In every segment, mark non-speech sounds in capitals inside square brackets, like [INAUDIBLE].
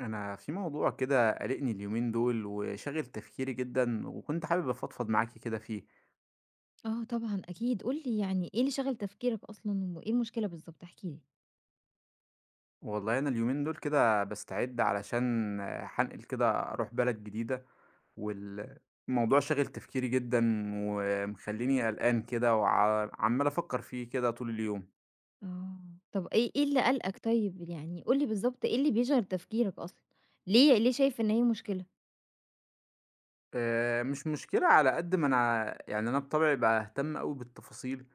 أنا في موضوع كده قلقني اليومين دول وشاغل تفكيري جدًا، وكنت حابب أفضفض معاكِ كده فيه. آه طبعًا أكيد، قُل لي يعني إيه اللي شَغَل تفكيرك أصلًا وإيه المشكلة بالضبط؟ احكِ لي. والله أنا اليومين دول كده باستعد علشان هانقل كده أروح بلد جديدة، والموضوع شاغل تفكيري جدًا ومخلّيني قلقان كده وع عمّال أفكر فيه كده طول اليوم. آه، طَب إيه اللي قلقك طيب؟ يعني قُل لي بالضبط إيه اللي بيشغَل تفكيرك أصلًا؟ ليه شايف إن هي مشكلة؟ مش مشكلة على قد ما أنا يعني أنا بطبعي باهتم أوي بالتفاصيل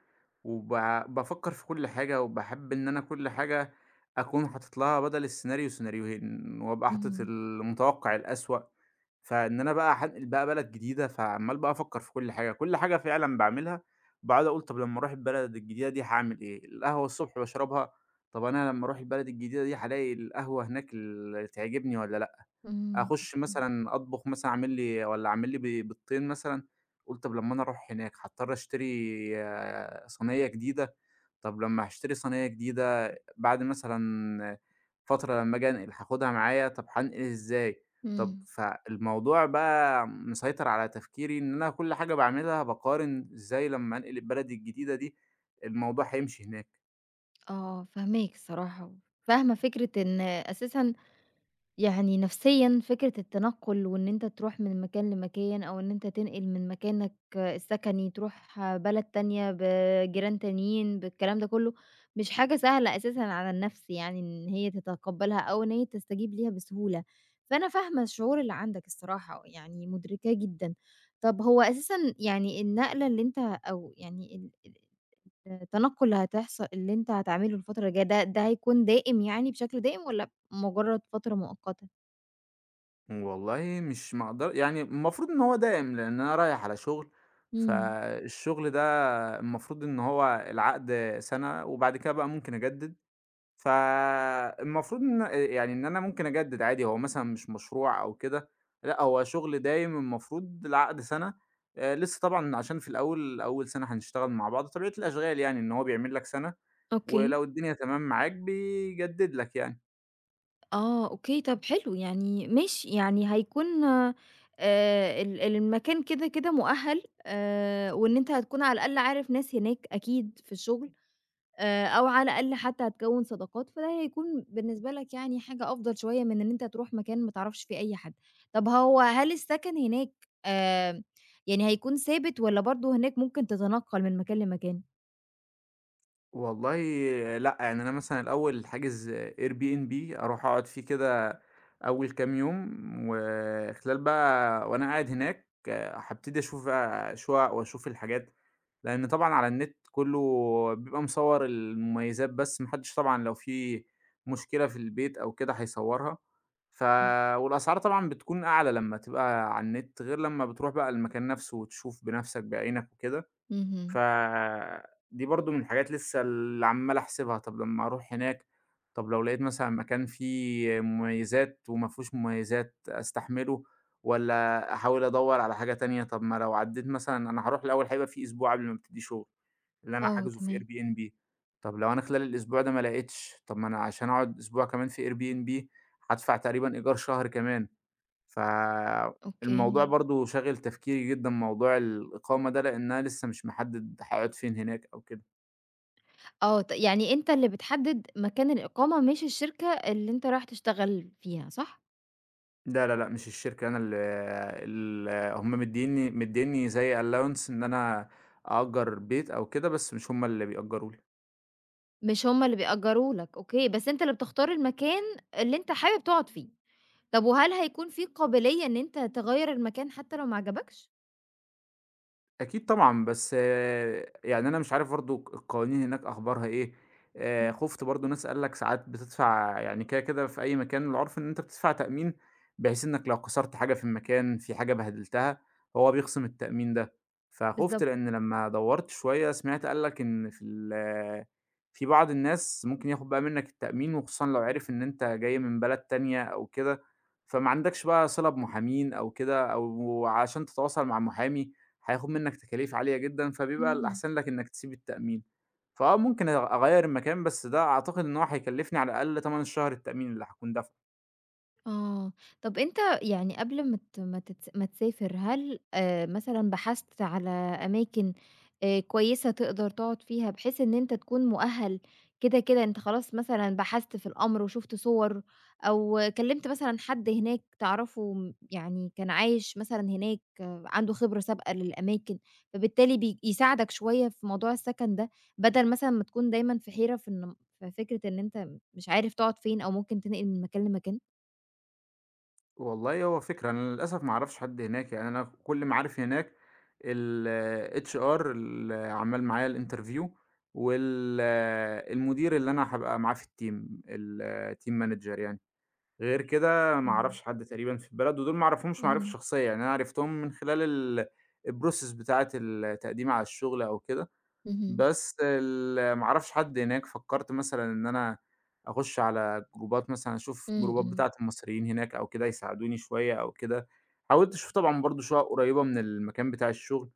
وب بافكّر في كل حاجة، وباحب إن أنا كل حاجة أكون حاطط لها بدل السيناريو سيناريوهين، وأبقى حاطط اهم. المتوقع الأسوأ، فإن أنا بقى هانقل بقى بلد جديدة، فعمّال بقى أفكّر في كل حاجة، كل حاجة فعلًا باعملها باقعد أقول طب لمّا أروح البلد الجديدة دي هاعمل إيه؟ القهوة الصبح باشربها، طب أنا لمّا أروح البلد الجديدة دي هالاقي القهوة هناك ال تعجبني والّا لأ؟ إمم. أخش أوكي. مثلًا أطبخ مثلًا أعمل لي والّا أعمل لي بيضتين مثلًا، أقول طب لمّا أنا أروح هناك هاضطر أشتري آه، صينية جديدة، طب لمّا هاشتري صينية جديدة بعد مثلًا فترة لمّا آجي أنقل هاخدها معايا، طب هانقل إزاي؟ طب إمم. فالموضوع بقى مسيطر على تفكيري إن أنا كل حاجة باعملها باقارن إزاي لمّا أنقل البلد الجديدة دي الموضوع هيمشي هناك. آه فاهماك الصراحة، وفاهمة فكرة إن أساسًا يعني نفسيًا فكرة التنقُّل وإن أنت تروح من مكان لمكان أو إن أنت تنقل من مكانك السكني تروح بلد تانية بجيران تانيين، بالكلام ده كُلّه، مش حاجة سهلة أساسًا على النَفْس يعني إن هي تتقبّلها أو إن هي تستجيب ليها بسهولة، فأنا فاهمة الشعور اللي عندك الصراحة، يعني مُدركاه جدًا. طَب هو أساسًا يعني النقلة اللي أنت أو يعني ال ال التنقُّل اللي أنت هتعمله الفترة الجاية ده هيكون دائم يعني بشكل دائم والّا مُجرّد فترة مؤقتة؟ والله مش ما اقدر يعني المفروض إن هو دائم، لإن أنا رايح على شغل، إمم. فالشغل ده المفروض إن هو العقد سَنة وبعد كده بقى ممكن أجدد، فالمفروض إن يعني إن أنا ممكن أجدد عادي، هو مثلًا مش مشروع أو كده، لأ هو شغل دايم المفروض العقد سَنة، لسه طبعًا عشان في الأول أول سَنة هنشتغل مع بعض، طبيعة الأشغال يعني إن هو بيعمل لك سَنة أوكي. ولو الدنيا تمام معاك بيجدد لك يعني. آه، أوكي، طَب حلو، يعني ماشي، يعني هيكون المكان كده، كده مؤهَّل، وإن أنت هتكون على الأقل عارف ناس هناك أكيد في الشغل، أو على الأقل حتى هتكوِّن صداقات، فده هيكون بالنسبة لك يعني حاجة أفضل شوية من إن أنت تروح مكان ما تعرفش فيه أي حد. طَب هو هل السكن هناك آآ يعني هيكون ثابت والّا برضه هناك ممكن تتنقّل من مكان لمكان؟ والله لأ، يعني أنا مثلًا الأول حاجز Airbnb أروح أقعد فيه كده أول كام يوم، وخلال بقى وأنا قاعد هناك هابتدي أشوف بقى شُقق وأشوف الحاجات، لإن طبعًا على النت كُلّه بيبقى مصوّر المميزات بس، ما حدش طبعًا لو في مشكلة في البيت أو كده هيصوّرها، ف والأسعار طبعًا بتكون أعلى لمّا تبقى على النت غير لمّا بتروح بقى المكان نفسه وتشوف بنفسك بعينك وكده. اهم. فدي برضه من الحاجات لسه اللي عمّال أحسبها، طب لمّا أروح هناك، طب لو لقيت مثلًا مكان فيه مميزات وما فيهوش مميزات أستحمله والّا أحاول أدوّر على حاجة تانية؟ طب ما لو عدّيت مثلًا أنا هاروح الأول هيبقى في أسبوع قبل ما أبتدي شغل، اللي أنا آه، حاجزه في تمام، Airbnb، طب لو أنا خلال الأسبوع ده ما لقيتش، طب ما أنا عشان أقعد أسبوع كمان في Airbnb هادفع تقريبًا إيجار شهر كمان. أوكي. فالموضوع برضه شاغل تفكيري جدًا موضوع الإقامة ده، لإنها لسه مش محدد هاقعد فين هناك أو كده. آه، يعني أنت اللي بتحدد مكان الإقامة، مش الشركة اللي أنت رايح تشتغل فيها، صح؟ لا، لا، لأ، مش الشركة أنا ال ال هم مدّينّي زي allowance إن أنا أأجر بيت أو كده، بس مش هم اللي بيأجروا لي. مش هُم اللي بيأجروا لك، أوكي، بس أنت اللي بتختار المكان اللي أنت حابب تقعد فيه. طب وهل هيكون في قابلية إن أنت تغيّر المكان حتى لو ما عجبكش؟ أكيد طبعًا، بس آه، يعني أنا مش عارف برضه القوانين هناك أخبارها إيه، إمم. خُفت برضه ناس قال لك ساعات بتدفع يعني كده، كده في أي مكان العُرف إن أنت بتدفع تأمين، بحيث إنك لو كسرت حاجة في المكان، في حاجة بهدلتها، هو بيخصم التأمين ده، فخُفت بالضبط. لإن لمّا دوّرت شوية سمعت قال لك إن في بعض الناس ممكن ياخد بقى منك التأمين، وخصوصًا لو عرف إن أنت جاي من بلد تانية أو كده، فما عندكش بقى صِلة بمحامين أو كده، أو عشان تتواصل مع محامي، هياخد منك تكاليف عالية جدًا، فبيبقى إمم. الأحسن لك إنك تسيب التأمين، فآه ممكن أغيّر المكان، بس ده أعتقد إن هو هيكلّفني على الأقل تَمَن الشهر التأمين اللي هاكون دافعه. آه، طب أنت يعني قبل ما ت ما تتس ما تسافر هل مثلًا بحثت على أماكن كويسة تقدر تقعد فيها بحيث إن أنت تكون مؤهل كده، كده أنت خلاص مثلًا بحثت في الأمر وشُفت صور أو كلمت مثلًا حد هناك تعرفه يعني كان عايش مثلًا هناك، آه، عنده خبرة سابقة للأماكن، فبالتالي يساعدك شوية في موضوع السكن ده، بدل مثلًا ما تكون دايمًا في حيرة في فكرة إن أنت مش عارف تقعد فين أو ممكن تنقل من مكان لمكان؟ والله هو فكرة، أنا للأسف ما أعرفش حد هناك، يعني أنا كل معارفي هناك ال HR اللي عمّال معايا الinterview وال المدير اللي أنا هابقى معاه في الteam الteam manager يعني. غير كده ما إمم. اعرفش حد تقريبا في البلد، ودول ما اعرفهمش معرفة إمم. شخصية، يعني أنا عرفتهم من خلال ال الprocess بتاعة التقديم على الشغل أو كده، اهم. بس ال ما اعرفش حد هناك، فكّرت مثلًا إن أنا أخش على جروبات مثلًا، أشوف إمم. جروبات إمم. بتاعة المصريين هناك أو كده يساعدوني شوية أو كده، حاولت أشوف طبعًا برضه شُقق قريبة من المكان بتاع الشغل.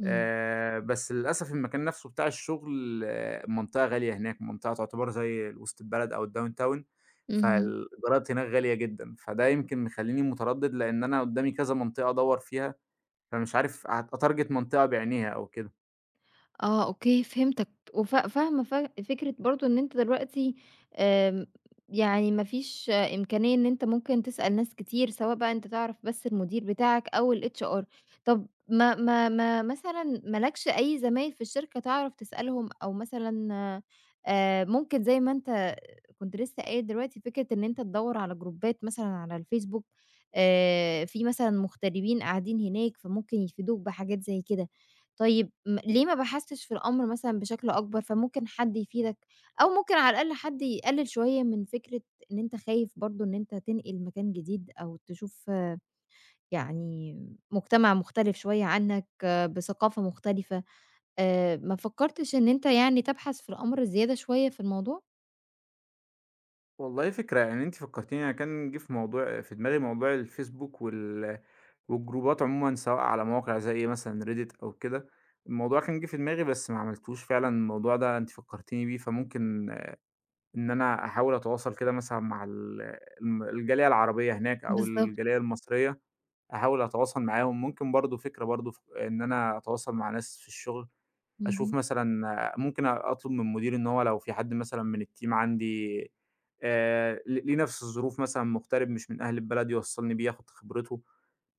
إمم. بس للأسف المكان نفسه بتاع الشغل آه، منطقة غالية هناك، منطقة تعتبر زي وسط البلد أو الdowntown اهم. فالإيجارات هناك غالية جدًا، فده يمكن مخلّيني متردد لإن أنا قدّامي كذا منطقة أدوّر فيها، فمش عارف أتارجت منطقة بعينيها أو كده. آه أوكي فهمتك، وف فاهمة فكرة برضه إن أنت دلوقتي، آمم، يعني ما فيش إمكانية إن أنت ممكن تسأل ناس كتير، سواء بقى أنت تعرف بس المدير بتاعك أو الHR؟ طب ما ما ما مثلًا ما لكش أي زمايل في الشركة تعرف تسألهم، أو مثلًا ممكن زي ما أنت كنت لسه قايل دلوقتي فكرة إن أنت تدوّر على جروبات مثلًا على الFacebook، في مثلًا مغتربين قاعدين هناك، فممكن يفيدوك بحاجات زي كده. طيب ليه ما بحثتش في الأمر مثلًا بشكل أكبر، فممكن حد يفيدك، أو ممكن على الأقل حد يقلل شوية من فكرة إن أنت خايف برضه إن أنت تنقل مكان جديد، أو تشوف، آه، يعني مجتمع مختلف شوية عنك، بثقافة مختلفة، ما فكرتش إن أنت يعني تبحث في الأمر زيادة شوية في الموضوع؟ والله فكرة، يعني أنتِ فكّرتيني أنا كان جِه في موضوع في دماغي موضوع الفيسبوك والجروبات عمومًا سواء على مواقع زي مثلًا Reddit أو كده، الموضوع كان جِه في دماغي بس ما عملتوش فعلًا الموضوع ده أنتِ فكّرتيني بيه، فممكن إن أنا أحاول أتواصل كده مثلًا مع ال الم الجالية العربية هناك أو بالضبط. الجالية المصرية، أحاول أتواصل معاهم، ممكن برضه فكرة برضه ف إن أنا أتواصل مع ناس في الشغل، أشوف اهم. مثلًا آه، ممكن أطلب من مديري إن هو لو في حد مثلًا من الteam عندي ل ليه نفس الظروف مثلًا مغترب مش من أهل البلد يوصّلني بيه، آخد خبرته،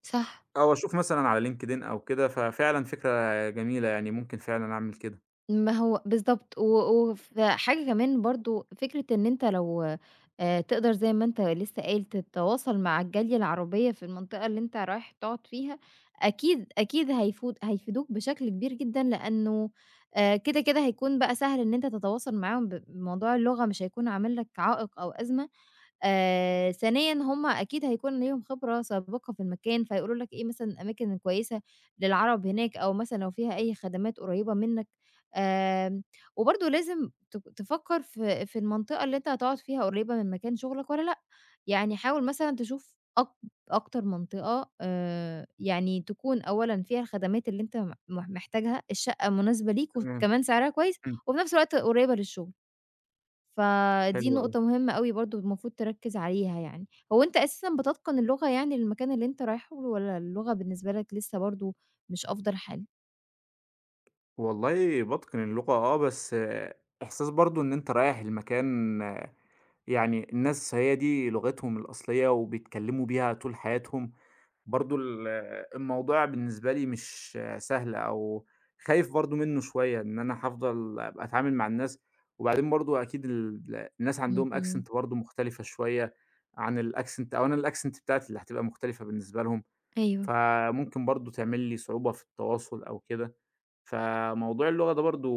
صح. أو أشوف مثلًا على LinkedIn أو كده، ففعلًا فكرة جميلة يعني ممكن فعلًا أعمل كده. ما هو بالضبط، و وفي حاجة كمان برضه، فكرة إن أنت لو تقدر زي ما أنت لسه قايل تتواصل مع الجالية العربية في المنطقة اللي أنت رايح تقعد فيها، أكيد، أكيد هيفود هيفيدوك بشكل كبير جدًا، لأنه كده، كده هيكون بقى سهل إن أنت تتواصل معاهم بموضوع اللغة مش هيكون عامل لك عائق أو أزمة. ثانيًا هم أكيد هيكون ليهم خبرة سابقة في المكان، فهيقولوا لك إيه مثلًا الأماكن الكويسة للعَرَب هناك أو مثلًا لو فيها أي خدمات قريّبة منّك. آمم وبرضه لازم تفكّر في المنطقة اللي أنت هتقعد فيها قريّبة من مكان شُغلك والّا لأ. يعني حاول مثلًا تشوف أكتر منطقة يعني تكون أولًا فيها الخدمات اللي أنت م مح محتاجها، الشقة مناسبة ليك تمام، وكمان سعرها كويس إمم، وفي نفس الوقت قريّبة للشُغل. فدي حلو أوي. نقطة مهمة أوي برضه المفروض تركّز عليها يعني. هو أنت أساسًا بتتقن اللغة يعني للمكان اللي أنت رايحه والّا اللغة بالنسبة لك لسه برضه مش أفضل حال؟ والله باتقن اللغة آه، بس آه، إحساس برضه إن أنت رايح المكان آه، يعني الناس هي دي لغتهم الأصلية وبيتكلموا بيها طول حياتهم، برضه ال آه، الموضوع بالنسبة لي مش آه، سهل أو خايف برضه منّه شوية، إن أنا هافضل أبقى أتعامل مع الناس، وبعدين برضه أكيد الناس عندهم اهم. accent برضه مختلفة شوية عن الaccent أو أنا الaccent بتاعتي اللي هتبقى مختلفة بالنسبة لهم، أيوه. فممكن برضه تعمل لي صعوبة في التواصل أو كده. فموضوع اللغة ده برضه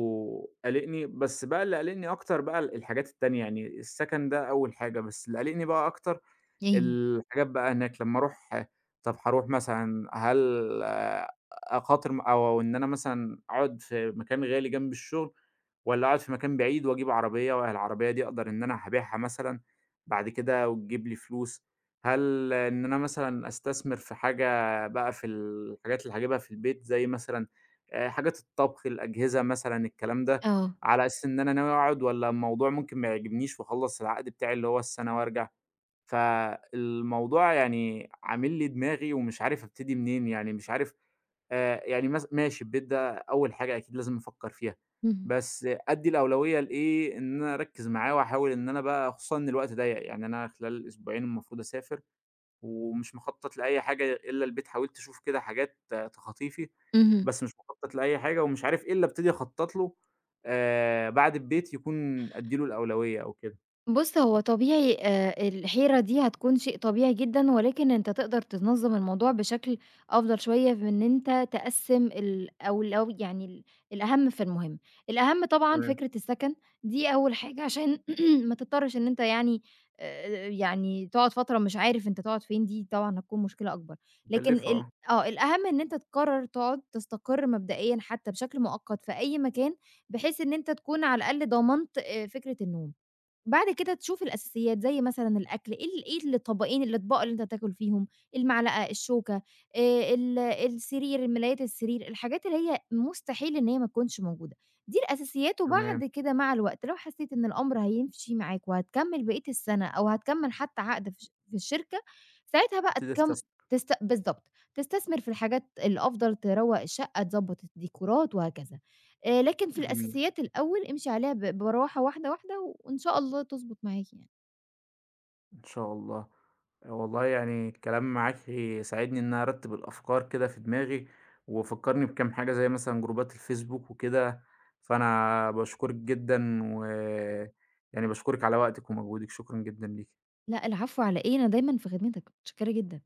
قالقني، بس بقى اللي قالقني أكتر بقى الحاجات التانية، يعني السكن ده أول حاجة، بس اللي قالقني بقى أكتر أي الحاجات بقى هناك لمّا أروح طب هاروح مثلًا هل آه، أخاطر م أو إن أنا مثلًا أقعد في مكان غالي جنب الشغل والّا أقعد في مكان بعيد وأجيب عربية والعربية دي أقدر إن أنا هابيعها مثلًا بعد كده وتجيب لي فلوس، هل إن أنا مثلًا أستثمر في حاجة بقى في الحاجات اللي هاجيبها في البيت زي مثلًا حاجات الطبخ، الأجهزة مثلًا، الكلام ده، آه. على أساس إن أنا ناوي أقعد والّا الموضوع ممكن ما يعجبنيش وأخلّص العقد بتاعي اللي هو السنة وأرجع؟ فالموضوع يعني عامل لي دماغي ومش عارف أبتدي منين، يعني مش عارف يعني مث ماشي البيت ده أول حاجة أكيد لازم أفكّر فيها، اهم. بس أدّي الأولوية لإيه إن أنا أركّز معاه وأحاول إن أنا بقى خصوصًا إن الوقت ضيّق، يعني أنا خلال أسبوعين المفروض أسافر. ومش مخطط لأي حاجة إلا البيت، حاولت أشوف كده حاجات تخطيفي، اهم. بس مش مخطط لأي حاجة ومش عارف إيه اللي أبتدي أخطط له بعد البيت يكون أدّي له الأولوية أو كده. بُص، هو طبيعي الحيرة دي هتكون شيء طبيعي جدًا، ولكن أنت تقدر تنظّم الموضوع بشكل أفضل شوية في إن أنت تقسّم أو لو يعني الأهم في المهم. الأهم طبعًا تمام. فكرة السكن، دي أول حاجة عشان [CLEARS THROAT] ما تضطرش إن أنت يعني، يعني تقعد فترة مش عارف أنت تقعد فين، دي طبعًا هتكون مشكلة أكبر. لكن مكلفة ال آه، آه، الأهم إن أنت تقرر تقعد تستقر مبدئيًا حتى بشكل مؤقت في أي مكان، بحيث إن أنت تكون على الأقل ضمنت فكرة النوم. بعد كده تشوف الأساسيات، زي مثلًا الأكل، إيه ال إيه الطبقين الأطباق اللي أنت هتاكل فيهم، المعلقة، الشوكة، ال السرير، ملايات السرير، الحاجات اللي هي مستحيل إن هي ما تكونش موجودة، دي الأساسيات وبعد تمام، كده مع الوقت لو حسيت إن الأمر هيمشي معاك وهتكمّل بقية السنة أو هتكمّل حتى عقد في الشركة، ساعتها بقى أبتدي تكم أستثمر، تست بالضبط، تستثمر في الحاجات الأفضل، تروّق الشقة، تضبّط الديكورات وهكذا. لكن في جميل، الأساسيات الأول امشي عليها براحة واحدة، واحدة وإن شاء الله تضبط معاكِ يعني. إن شاء الله. آه، والله يعني الكلام معاكِ ساعدني إن أنا أرتّب الأفكار كده في دماغي، وفكّرني بكام حاجة زي مثلًا جروبات الفيسبوك وكده، فأنا باشكرِك جدًا، و يعني باشكرِك على وقتِك ومجهودِك، شكرًا جدًا ليكِ. لأ العفو على إيه، أنا دايمًا في خدمتِك، متشكرة جدًا.